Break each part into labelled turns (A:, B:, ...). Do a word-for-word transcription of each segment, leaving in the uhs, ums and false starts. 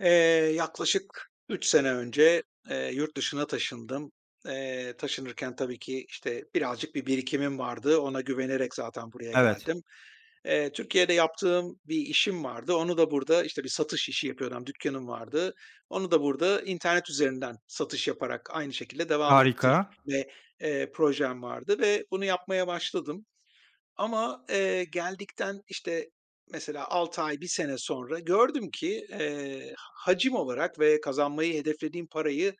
A: Eee, yaklaşık üç sene önce, eee, yurt dışına taşındım. Eee, taşınırken tabii ki, işte, birazcık bir birikimim vardı. Ona güvenerek zaten buraya
B: Evet,
A: geldim. Eee, Türkiye'de yaptığım bir işim vardı. Onu da burada, işte, bir satış işi yapıyordum. Dükkanım vardı. Onu da burada internet üzerinden satış yaparak aynı şekilde devam
B: harika,
A: ettirme, eee, projem vardı ve bunu yapmaya başladım. Ama, eee, geldikten, işte, mesela altı ay, bir sene sonra gördüm ki, eee, hacim olarak ve kazanmayı hedeflediğim parayı,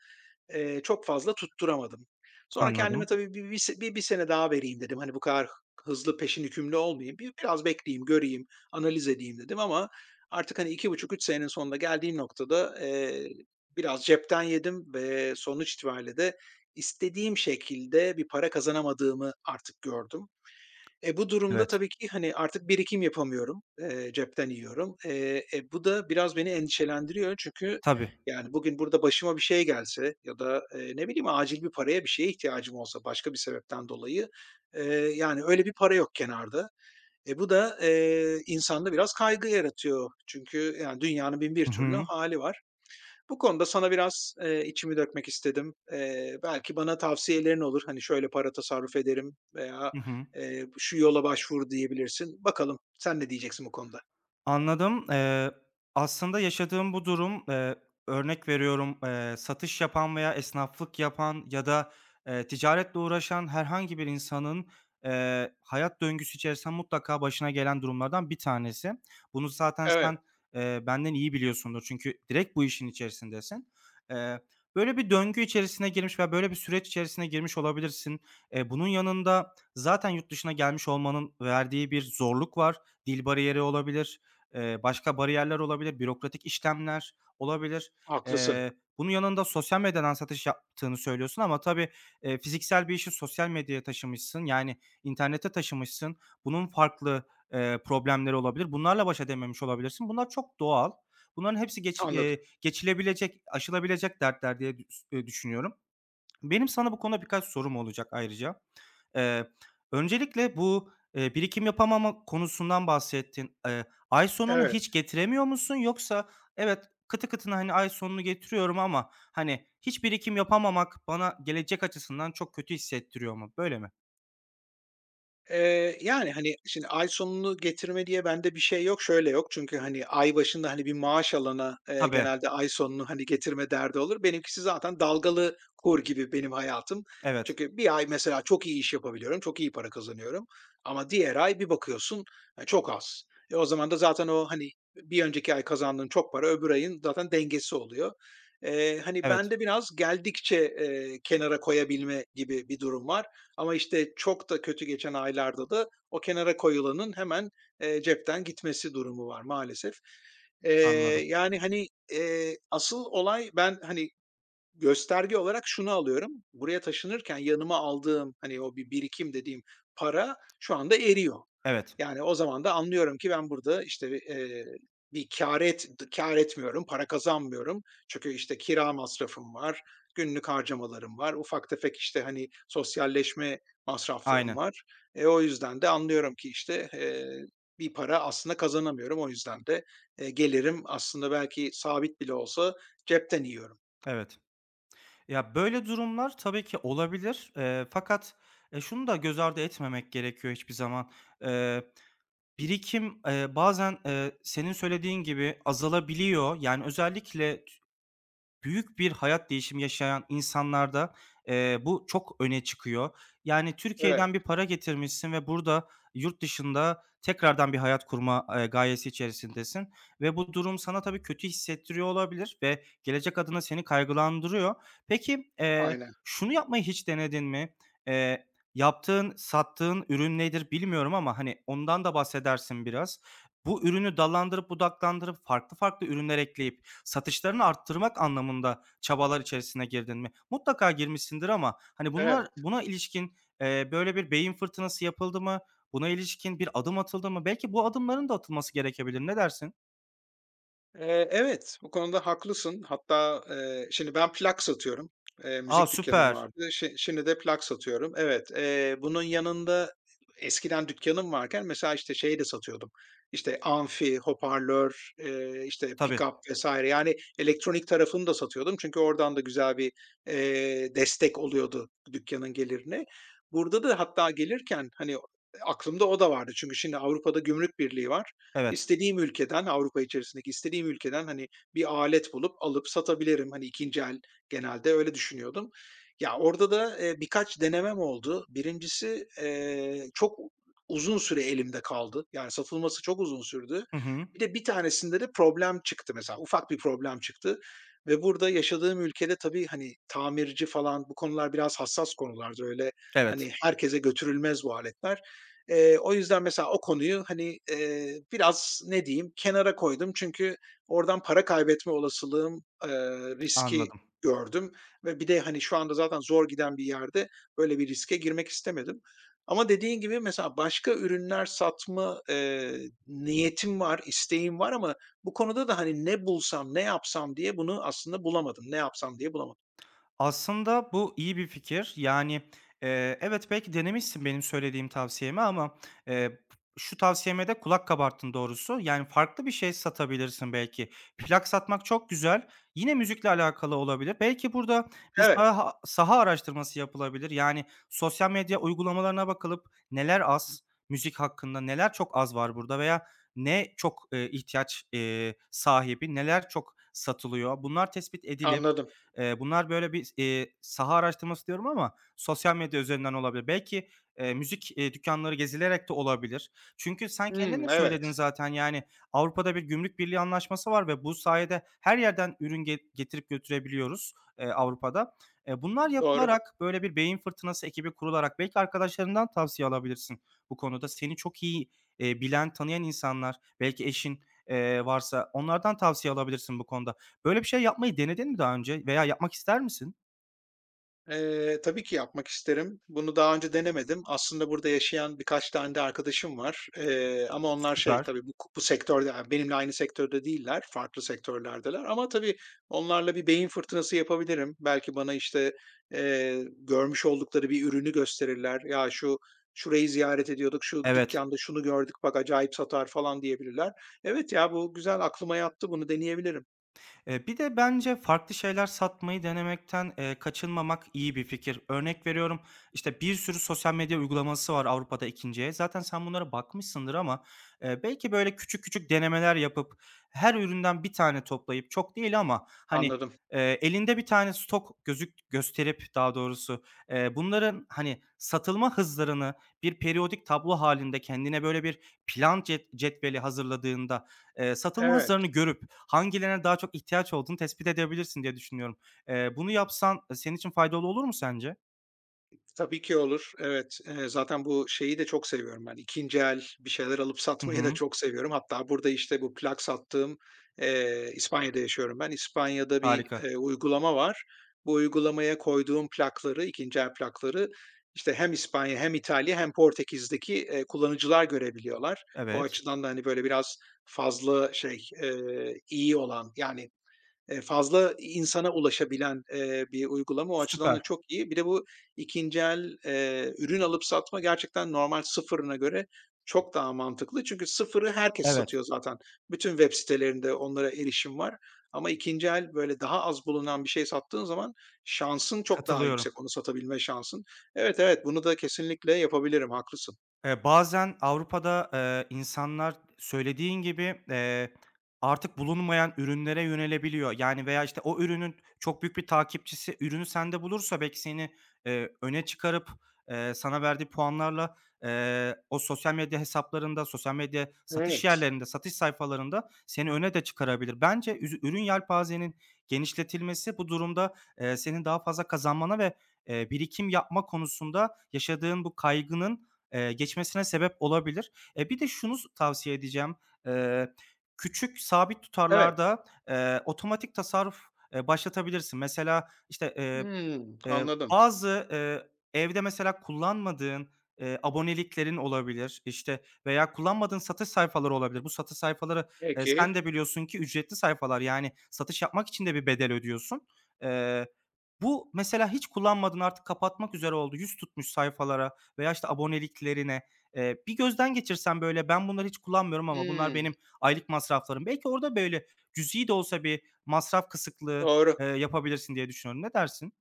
A: eee, çok fazla tutturamadım. Sonra kendime
B: anladım.
A: tabii bir bir se bir bir sene daha vereyim dedim. Hani, bu kadar hızlı peşin hükümlü olmayayım. Bir biraz bekleyeyim, göreyim, analiz edeyim dedim ama artık, hani, iki buçuk üç senenin sonunda geldiğim noktada, eee, biraz cepten yedim ve sonuç itibariyle de istediğim şekilde bir para kazanamadığımı artık gördüm. E, bu durumda
B: Evet,
A: tabii ki, hani, artık birikim yapamıyorum, eee, cepten yiyorum. Eee, e, bu da biraz beni endişelendiriyor çünkü,
B: tabii.
A: yani, bugün burada başıma bir şey gelse ya da, eee, ne bileyim, acil bir paraya, bir şeye ihtiyacım olsa başka bir sebepten dolayı, eee, yani, öyle bir para yok kenarda. E, bu da, eee, insanda biraz kaygı yaratıyor. Çünkü, yani, dünyanın bin bir
B: Hı
A: türlü
B: hı.
A: hali var. Bu konuda sana biraz, eee, içimi dökmek istedim. Eee, belki bana tavsiyelerin olur. Hani, şöyle para tasarruf ederim veya,
B: Hı hı.
A: eee, şu yola başvur diyebilirsin. Bakalım sen ne diyeceksin bu konuda?
B: Anladım. Eee, aslında yaşadığım bu durum, eee, örnek veriyorum, eee, satış yapan veya esnaflık yapan ya da, eee, ticaretle uğraşan herhangi bir insanın, eee, hayat döngüsü içerisinde mutlaka başına gelen durumlardan bir tanesi. Bunu zaten sen,
A: Evet,
B: eee, benden iyi biliyorsundur çünkü direkt bu işin içerisindesin. Eee, böyle bir döngü içerisine girmiş veya böyle bir süreç içerisine girmiş olabilirsin. Eee, bunun yanında zaten yurt dışına gelmiş olmanın verdiği bir zorluk var. Dil bariyeri olabilir, Eee, başka bariyerler olabilir, bürokratik işlemler olabilir.
A: haklısın.
B: Eee, bunun yanında sosyal medyadan satış yaptığını söylüyorsun ama tabii, eee, fiziksel bir işi sosyal medyaya taşımışsın, yani, internete taşımışsın. Bunun farklı, eee, problemleri olabilir. Bunlarla baş edememiş olabilirsin. Bunlar çok doğal. Bunların hepsi geç
A: Anladım.
B: eee, geçilebilecek, aşılabilecek dertler diye dü s eee, düşünüyorum. Benim sana bu konuda birkaç sorum olacak ayrıca. Eee, öncelikle bu, eee, birikim yapamama konusundan bahsettin. Eee, ay sonunu hiç
A: Evet.
B: getiremiyor musun, yoksa evet, kıtı kıtına, hani, ay sonunu getiriyorum ama, hani, hiç birikim yapamamak bana gelecek açısından çok kötü hissettiriyor mu? Böyle mi?
A: Eee, yani, hani, şimdi ay sonunu getirme diye bende bir şey yok, şöyle yok. Çünkü, hani, ay başında, hani, bir maaş alana, eee,
B: Tabii,
A: genelde ay sonunu, hani, getirme derdi olur. Benimkisi zaten dalgalı kur gibi benim hayatım.
B: evet,
A: Çünkü bir ay mesela çok iyi iş yapabiliyorum, çok iyi para kazanıyorum ama diğer ay bir bakıyorsun, e, çok az. E, o zaman da zaten o, hani, bir önceki ay kazandığın çok para öbür ayın zaten dengesi oluyor. Eee, hani,
B: evet,
A: bende biraz geldikçe, eee, kenara koyabilme gibi bir durum var. Ama işte çok da kötü geçen aylarda da o kenara koyulanın hemen, eee, cepten gitmesi durumu var maalesef. Eee,
B: anladım.
A: yani, hani, eee, asıl olay ben, hani, gösterge olarak şunu alıyorum, buraya taşınırken yanıma aldığım, hani, o bir birikim dediğim para şu anda eriyor.
B: Evet,
A: Yani, o zaman da anlıyorum ki ben burada, işte, eee, bir kâr et kâr etmiyorum, para kazanmıyorum. Çünkü, işte, kira masrafım var, günlük harcamalarım var, ufak tefek, işte, hani, sosyalleşme masraflarım
B: aynen,
A: var. E, o yüzden de anlıyorum ki, işte, eee, bir para aslında kazanamıyorum. O yüzden de, eee, gelirim aslında belki sabit bile olsa cepten yiyorum.
B: evet. Ya, böyle durumlar tabii ki olabilir, eee, fakat, eee, şunu da göz ardı etmemek gerekiyor hiçbir zaman. Eee Birikim, eee, bazen, eee, senin söylediğin gibi azalabiliyor. Yani özellikle t büyük bir hayat değişimi yaşayan insanlarda, eee, bu çok öne çıkıyor. Yani
A: Evet.
B: Türkiye'den bir para getirmişsin ve burada yurt dışında tekrardan bir hayat kurma, eee, gayesi içerisindesin ve bu durum sana tabii kötü hissettiriyor olabilir ve gelecek adına seni kaygılandırıyor. Peki, eee,
A: Aynen.
B: şunu yapmayı hiç denedin mi? Eee, yaptığın, sattığın ürün nedir bilmiyorum ama, hani, ondan da bahsedersin biraz. Bu ürünü dallandırıp budaklandırıp farklı farklı ürünler ekleyip satışlarını arttırmak anlamında çabalar içerisine girdin mi? Mutlaka girmişsindir ama hani bunlar
A: Evet.
B: buna ilişkin, eee, böyle bir beyin fırtınası yapıldı mı? Buna ilişkin bir adım atıldı mı? Belki bu adımların da atılması gerekebilir. Ne dersin?
A: Eee, evet, bu konuda haklısın. Hatta, eee, şimdi ben plak satıyorum. Eee,
B: A,
A: müzik dükkanım
B: süper.
A: vardı. Şi şimdi de plak satıyorum. Evet, eee, bunun yanında eskiden dükkanım varken mesela, işte, şey de satıyordum. İşte, amfi, hoparlör, eee, işte,
B: Tabii.
A: pikap vesaire. Yani elektronik tarafını da satıyordum. Çünkü oradan da güzel bir, eee, destek oluyordu dükkanın gelirine. Burada da hatta gelirken, hani, aklımda o da vardı. Çünkü şimdi Avrupa'da Gümrük Birliği var.
B: Evet.
A: İstediğim ülkeden, Avrupa içerisindeki istediğim ülkeden, hani, bir alet bulup alıp satabilirim. Hani, ikinci el genelde öyle düşünüyordum. Ya, orada da, eee, birkaç denemem oldu. Birincisi eee, çok uzun süre elimde kaldı. Yani satılması çok uzun sürdü.
B: Hı hı.
A: Bir de bir tanesinde de problem çıktı mesela. Ufak bir problem çıktı ve burada yaşadığım ülkede tabii, hani, tamirci falan bu konular biraz hassas konulardır. Öyle,
B: Evet.
A: hani, herkese götürülmez bu aletler. Eee, o yüzden mesela o konuyu, hani, eee, biraz ne diyeyim, kenara koydum. Çünkü oradan para kaybetme olasılığım, eee, riski
B: Anladım.
A: gördüm ve bir de, hani, şu anda zaten zor giden bir yerde böyle bir riske girmek istemedim. Ama dediğin gibi mesela başka ürünler satma, eee, niyetim var, isteğim var ama bu konuda da, hani, ne bulsam, ne yapsam diye bunu aslında bulamadım. Ne yapsam diye bulamadım.
B: Aslında bu iyi bir fikir. Yani, eee, evet, belki denemişsin benim söylediğim tavsiyemi ama, eee, şu tavsiyeme de kulak kabarttın doğrusu. Yani, farklı bir şey satabilirsin belki. Plak satmak çok güzel. Yine müzikle alakalı olabilir. Belki burada bir
A: Evet,
B: saha saha araştırması yapılabilir. Yani, sosyal medya uygulamalarına bakılıp neler az müzik hakkında, neler çok az var burada veya ne çok, eee, ihtiyaç, eee, sahibi, neler çok satılıyor, bunlar tespit edilip.
A: anladım.
B: Eee, bunlar böyle bir, eee, saha araştırması diyorum ama sosyal medya üzerinden olabilir. Belki, eee, müzik, eee, dükkânları gezilerek de olabilir. Çünkü sen kendin de
A: Hımm, evet,
B: söyledin zaten, yani, Avrupa'da bir gümrük birliği anlaşması var ve bu sayede her yerden ürün ge getirip götürebiliyoruz, eee, Avrupa'da. Eee, bunlar
A: doğru.
B: yapılarak, böyle bir beyin fırtınası ekibi kurularak belki arkadaşlarından tavsiye alabilirsin bu konuda. Seni çok iyi, eee, bilen, tanıyan insanlar, belki eşin, eee, varsa onlardan tavsiye alabilirsin bu konuda. Böyle bir şey yapmayı denedin mi daha önce veya yapmak ister misin?
A: Eee, tabii ki yapmak isterim. Bunu daha önce denemedim. Aslında burada yaşayan birkaç tane de arkadaşım var. Eee, ama onlar şey
B: Süper.
A: tabii bu, bu sektörde yani benimle aynı sektörde değiller. Farklı sektörlerdeler. Ama tabii onlarla bir beyin fırtınası yapabilirim. Belki bana işte eee, görmüş oldukları bir ürünü gösterirler. Ya şu şurayı ziyaret ediyorduk, şu
B: Evet.
A: dükkanda şunu gördük bak acayip satar falan diyebilirler. Evet ya bu güzel aklıma yattı. Bunu deneyebilirim.
B: Eee, bir de bence farklı şeyler satmayı denemekten, eee, kaçınmamak iyi bir fikir. Örnek veriyorum, işte, bir sürü sosyal medya uygulaması var Avrupa'da ikinci. Zaten sen bunlara bakmışsındır ama, eee, belki böyle küçük küçük denemeler yapıp her üründen bir tane toplayıp, çok değil ama, hani,
A: Anladım.
B: eee, elinde bir tane stok gözük gösterip daha doğrusu, eee, bunların, hani, satılma hızlarını bir periyodik tablo halinde kendine böyle bir plan cet cetveli hazırladığında, Eee, satılma hızlarını
A: Evet.
B: görüp hangilerine daha çok ihtiyaç olduğunu tespit edebilirsin diye düşünüyorum. Eee, bunu yapsan, senin için faydalı olur mu sence?
A: Tabii ki olur. Evet, eee, zaten bu şeyi de çok seviyorum ben, ikinci el bir şeyler alıp
B: Hı
A: satmayı da
B: hı.
A: çok seviyorum. Hatta burada, işte, bu plak sattığım, eee, İspanya'da yaşıyorum ben. İspanya'da bir,
B: Harika.
A: eee, uygulama var. Bu uygulamaya koyduğum plakları, ikinci el plakları, işte, hem İspanya hem İtalya hem Portekiz'deki, eee, kullanıcılar görebiliyorlar. O
B: Evet.
A: açıdan da, hani, böyle, biraz fazla şey, eee, iyi olan, yani, Eee, fazla insana ulaşabilen, eee, bir uygulama. O açıdan da
B: Süper.
A: çok iyi. Bir de bu ikinci el, eee, ürün alıp satma gerçekten normal sıfırına göre çok daha mantıklı. Çünkü sıfırı herkes
B: Evet.
A: satıyor zaten. Bütün web sitelerinde onlara erişim var. Ama ikinci el böyle daha az bulunan bir şey sattığın zaman şansın çok daha
B: Katılıyorum.
A: yüksek, onu satabilme şansın. Evet, evet, bunu da kesinlikle yapabilirim, haklısın.
B: Eee, bazen Avrupa'da, eee, insanlar söylediğin gibi, eee, artık bulunmayan ürünlere yönelebiliyor. Yani veya, işte, o ürünün çok büyük bir takipçisi ürünü sende bulursa belki seni, eee, öne çıkarıp, eee, sana verdiği puanlarla, eee, o sosyal medya hesaplarında, sosyal medya satış
A: Evet,
B: yerlerinde, satış sayfalarında seni öne de çıkarabilir. Bence üzü ürün yelpazenin genişletilmesi bu durumda, eee, senin daha fazla kazanmana ve, eee, birikim yapma konusunda yaşadığın bu kaygının, Eee, geçmesine sebep olabilir. E, bir de şunu s tavsiye edeceğim. Eee, küçük sabit
A: evet.
B: tutarlarda, eee, otomatik tasarruf, eee, başlatabilirsin. Mesela, işte,
A: Hımm,
B: Eee,
A: anladım.
B: bazı, eee, evde mesela kullanmadığın, eee, aboneliklerin olabilir, işte, veya kullanmadığın satış sayfaları olabilir. Bu satış sayfaları, eee, sen
A: Peki.
B: de biliyorsun ki ücretli sayfalar, yani, satış yapmak için de bir bedel ödüyorsun. Eee, bu mesela hiç kullanmadığın, artık kapatmak üzere olduğu yüz tutmuş sayfalara veya, işte, aboneliklerine, eee, bir gözden geçirsen, böyle, "Ben bunları hiç kullanmıyorum ama bunlar
A: Hımm,
B: benim aylık masraflarım." Belki orada, böyle, cüzi de olsa bir masraf kısıklığı,
A: doğru.
B: eee, yapabilirsin diye düşünüyorum. Ne dersin?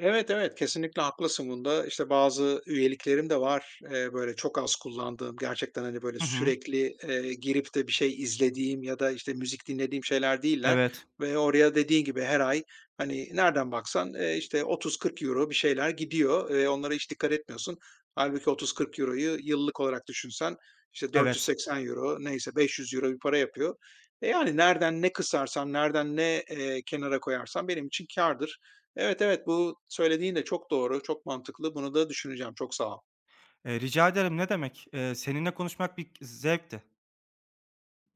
A: Evet, evet, kesinlikle haklısın bunda. İşte bazı üyeliklerim de var. Eee, böyle çok az kullandığım, gerçekten, hani, böyle
B: Hı hı.
A: sürekli, eee, girip de bir şey izlediğim ya da, işte, müzik dinlediğim şeyler değiller
B: Evet,
A: ve oraya dediğin gibi her ay, hani, nereden baksan, eee, işte, otuz-kırk euro bir şeyler gidiyor ve onlara hiç dikkat etmiyorsun. Halbuki otuz kırk euroyu yıllık olarak düşünsen, işte, dört yüz
B: evet.
A: seksen euro, neyse beş yüz euro bir para yapıyor. E, yani nereden ne kısarsan, nereden ne, eee, kenara koyarsan benim için kârdır. Evet, evet, bu söylediğin de çok doğru, çok mantıklı. Bunu da düşüneceğim. Çok sağ ol.
B: Eee, rica ederim, ne demek. Eee, seninle konuşmak bir zevkti.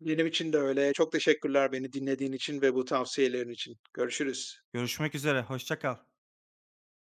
A: Benim için de öyle. Çok teşekkürler beni dinlediğin için ve bu tavsiyelerin için. Görüşürüz.
B: Görüşmek üzere, hoşça kal.